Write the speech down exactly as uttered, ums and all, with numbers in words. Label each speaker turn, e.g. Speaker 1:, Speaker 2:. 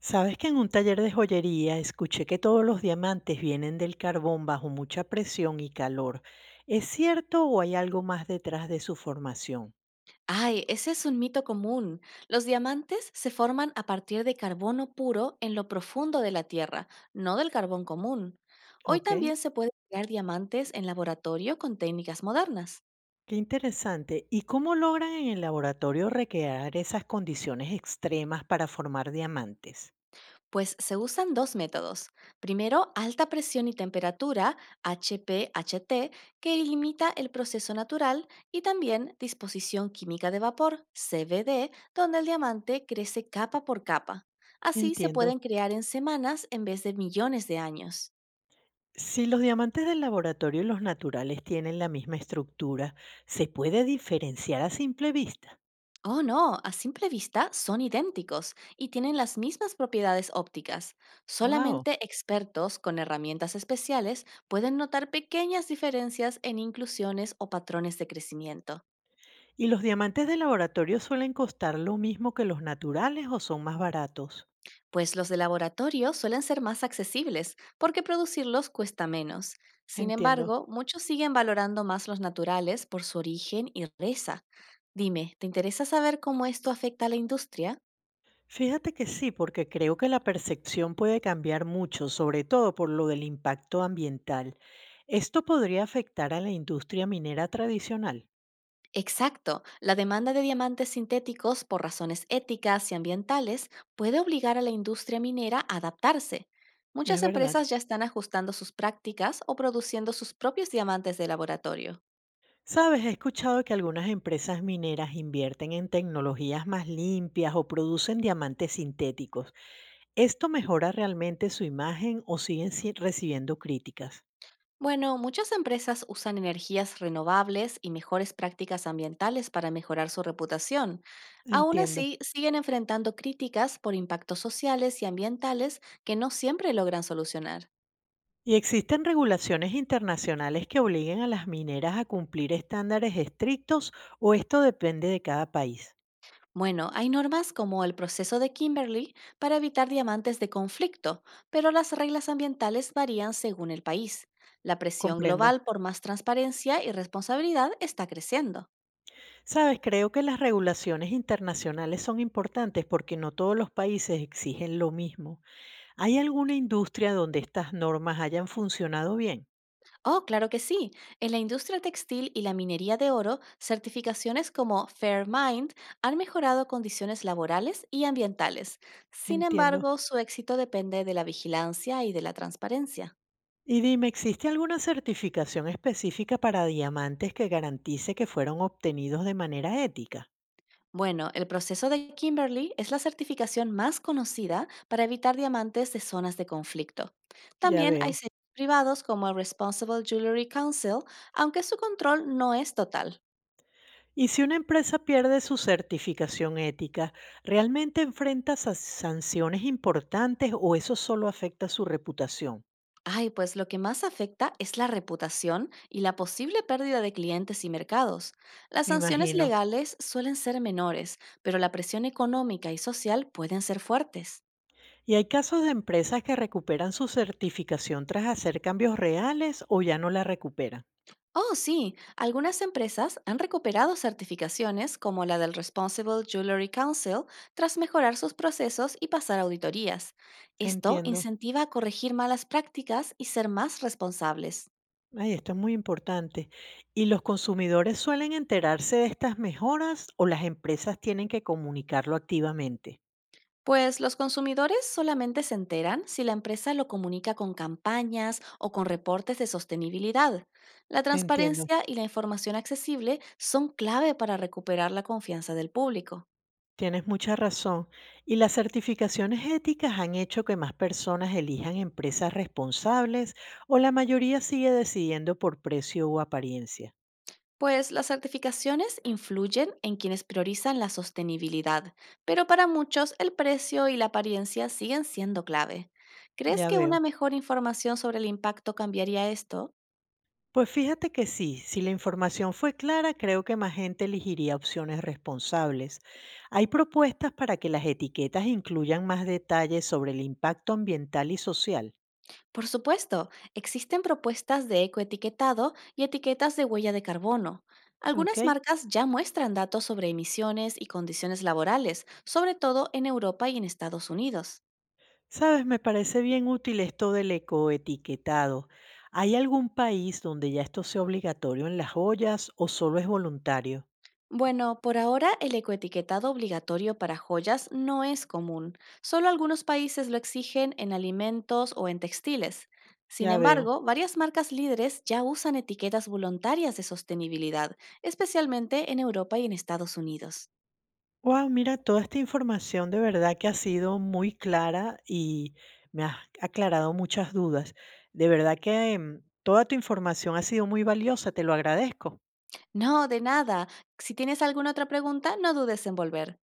Speaker 1: ¿Sabes que en un taller de joyería escuché que todos los diamantes vienen del carbón bajo mucha presión y calor? ¿Es cierto o hay algo más detrás de su formación?
Speaker 2: Ay, ese es un mito común. Los diamantes se forman a partir de carbono puro en lo profundo de la Tierra, no del carbón común. Hoy
Speaker 1: Ok,
Speaker 2: también se pueden crear diamantes en laboratorio con técnicas modernas.
Speaker 1: qué interesante. ¿Y cómo logran en el laboratorio recrear esas condiciones extremas para formar diamantes?
Speaker 2: Pues se usan dos métodos. Primero, alta presión y temperatura, H P H T, que limita el proceso natural, y también disposición química de vapor, C V D, donde el diamante crece capa por capa. Así se
Speaker 1: Entiendo.
Speaker 2: pueden crear en semanas en vez de millones de años.
Speaker 1: Si los diamantes del laboratorio y los naturales tienen la misma estructura, ¿se puede diferenciar a simple vista?
Speaker 2: Oh no, a simple vista son idénticos y tienen las mismas propiedades ópticas.
Speaker 1: ¡Wow!
Speaker 2: Solamente expertos con herramientas especiales pueden notar pequeñas diferencias en inclusiones o patrones de crecimiento.
Speaker 1: ¿Y los diamantes de laboratorio suelen costar lo mismo que los naturales o son más baratos?
Speaker 2: Pues los de laboratorio suelen ser más accesibles porque producirlos cuesta menos. Sin
Speaker 1: Entiendo.
Speaker 2: embargo, muchos siguen valorando más los naturales por su origen y reza. Dime, ¿te interesa saber cómo esto afecta a la industria?
Speaker 1: Fíjate que sí, porque creo que la percepción puede cambiar mucho, sobre todo por lo del impacto ambiental. Esto podría afectar a la industria minera tradicional,
Speaker 2: Exacto. La demanda de diamantes sintéticos por razones éticas y ambientales puede obligar a la industria minera a adaptarse.
Speaker 1: es
Speaker 2: Muchas
Speaker 1: verdad.
Speaker 2: empresas ya están ajustando sus prácticas o produciendo sus propios diamantes de laboratorio.
Speaker 1: Sabes, he escuchado que algunas empresas mineras invierten en tecnologías más limpias o producen diamantes sintéticos. ¿Esto mejora realmente su imagen o siguen si- recibiendo críticas?
Speaker 2: Bueno, muchas empresas usan energías renovables y mejores prácticas ambientales para mejorar su reputación. Aún
Speaker 1: Entiendo.
Speaker 2: así, siguen enfrentando críticas por impactos sociales y ambientales que no siempre logran solucionar.
Speaker 1: ¿Y existen regulaciones internacionales que obliguen a las mineras a cumplir estándares estrictos o esto depende de cada país?
Speaker 2: Bueno, hay normas como el proceso de Kimberley para evitar diamantes de conflicto, pero las reglas ambientales varían según el país. La presión
Speaker 1: Comprendo.
Speaker 2: global por más transparencia y responsabilidad está creciendo.
Speaker 1: Sabes, creo que las regulaciones internacionales son importantes porque no todos los países exigen lo mismo. ¿Hay alguna industria donde estas normas hayan funcionado bien?
Speaker 2: Oh, claro que sí. En la industria textil y la minería de oro, certificaciones como Fair Mind han mejorado condiciones laborales y ambientales. Sin
Speaker 1: Entiendo.
Speaker 2: embargo, su éxito depende de la vigilancia y de la transparencia.
Speaker 1: Y dime, ¿existe alguna certificación específica para diamantes que garantice que fueron obtenidos de manera ética?
Speaker 2: Bueno, el proceso de Kimberly es la certificación más conocida para evitar diamantes de zonas de conflicto.
Speaker 1: Ya
Speaker 2: También hay
Speaker 1: veo.
Speaker 2: sellos privados como el Responsible Jewelry Council, aunque su control no es total.
Speaker 1: Y si una empresa pierde su certificación ética, ¿realmente enfrenta sa- sanciones importantes o eso solo afecta su reputación?
Speaker 2: Ay, pues lo que más afecta es la reputación y la posible pérdida de clientes y mercados. Las
Speaker 1: Me
Speaker 2: sanciones
Speaker 1: imagino.
Speaker 2: legales suelen ser menores, pero la presión económica y social pueden ser fuertes.
Speaker 1: ¿Y hay casos de empresas que recuperan su certificación tras hacer cambios reales o ya no la recuperan?
Speaker 2: Oh, sí, algunas empresas han recuperado certificaciones como la del Responsible Jewelry Council tras mejorar sus procesos y pasar auditorías. Esto
Speaker 1: Entiendo.
Speaker 2: incentiva a corregir malas prácticas y ser más responsables.
Speaker 1: Ay, esto es muy importante. ¿Y los consumidores suelen enterarse de estas mejoras o las empresas tienen que comunicarlo activamente?
Speaker 2: Pues los consumidores solamente se enteran si la empresa lo comunica con campañas o con reportes de sostenibilidad. La
Speaker 1: Entiendo.
Speaker 2: transparencia y la información accesible son clave para recuperar la confianza del público.
Speaker 1: Tienes mucha razón. Y las certificaciones éticas han hecho que más personas elijan empresas responsables o la mayoría sigue decidiendo por precio o apariencia.
Speaker 2: Pues las certificaciones influyen en quienes priorizan la sostenibilidad, pero para muchos el precio y la apariencia siguen siendo clave. ¿Crees
Speaker 1: Ya
Speaker 2: que
Speaker 1: veo.
Speaker 2: una mejor información sobre el impacto cambiaría esto?
Speaker 1: Pues fíjate que sí, si la información fue clara, creo que más gente elegiría opciones responsables. Hay propuestas para que las etiquetas incluyan más detalles sobre el impacto ambiental y social.
Speaker 2: Por supuesto, existen propuestas de ecoetiquetado y etiquetas de huella de carbono.
Speaker 1: ¿Ok?
Speaker 2: Algunas marcas ya muestran datos sobre emisiones y condiciones laborales, sobre todo en Europa y en Estados Unidos.
Speaker 1: Sabes, me parece bien útil esto del ecoetiquetado. ¿Hay algún país donde ya esto sea obligatorio en las ollas o solo es voluntario?
Speaker 2: Bueno, por ahora el ecoetiquetado obligatorio para joyas no es común. Solo algunos países lo exigen en alimentos o en textiles. Sin
Speaker 1: Ya veo.
Speaker 2: embargo, varias marcas líderes ya usan etiquetas voluntarias de sostenibilidad, especialmente en Europa y en Estados Unidos.
Speaker 1: Wow, mira, toda esta información de verdad que ha sido muy clara y me has aclarado muchas dudas. De verdad que em, toda tu información ha sido muy valiosa, te lo agradezco.
Speaker 2: No, de nada. Si tienes alguna otra pregunta, no dudes en volver.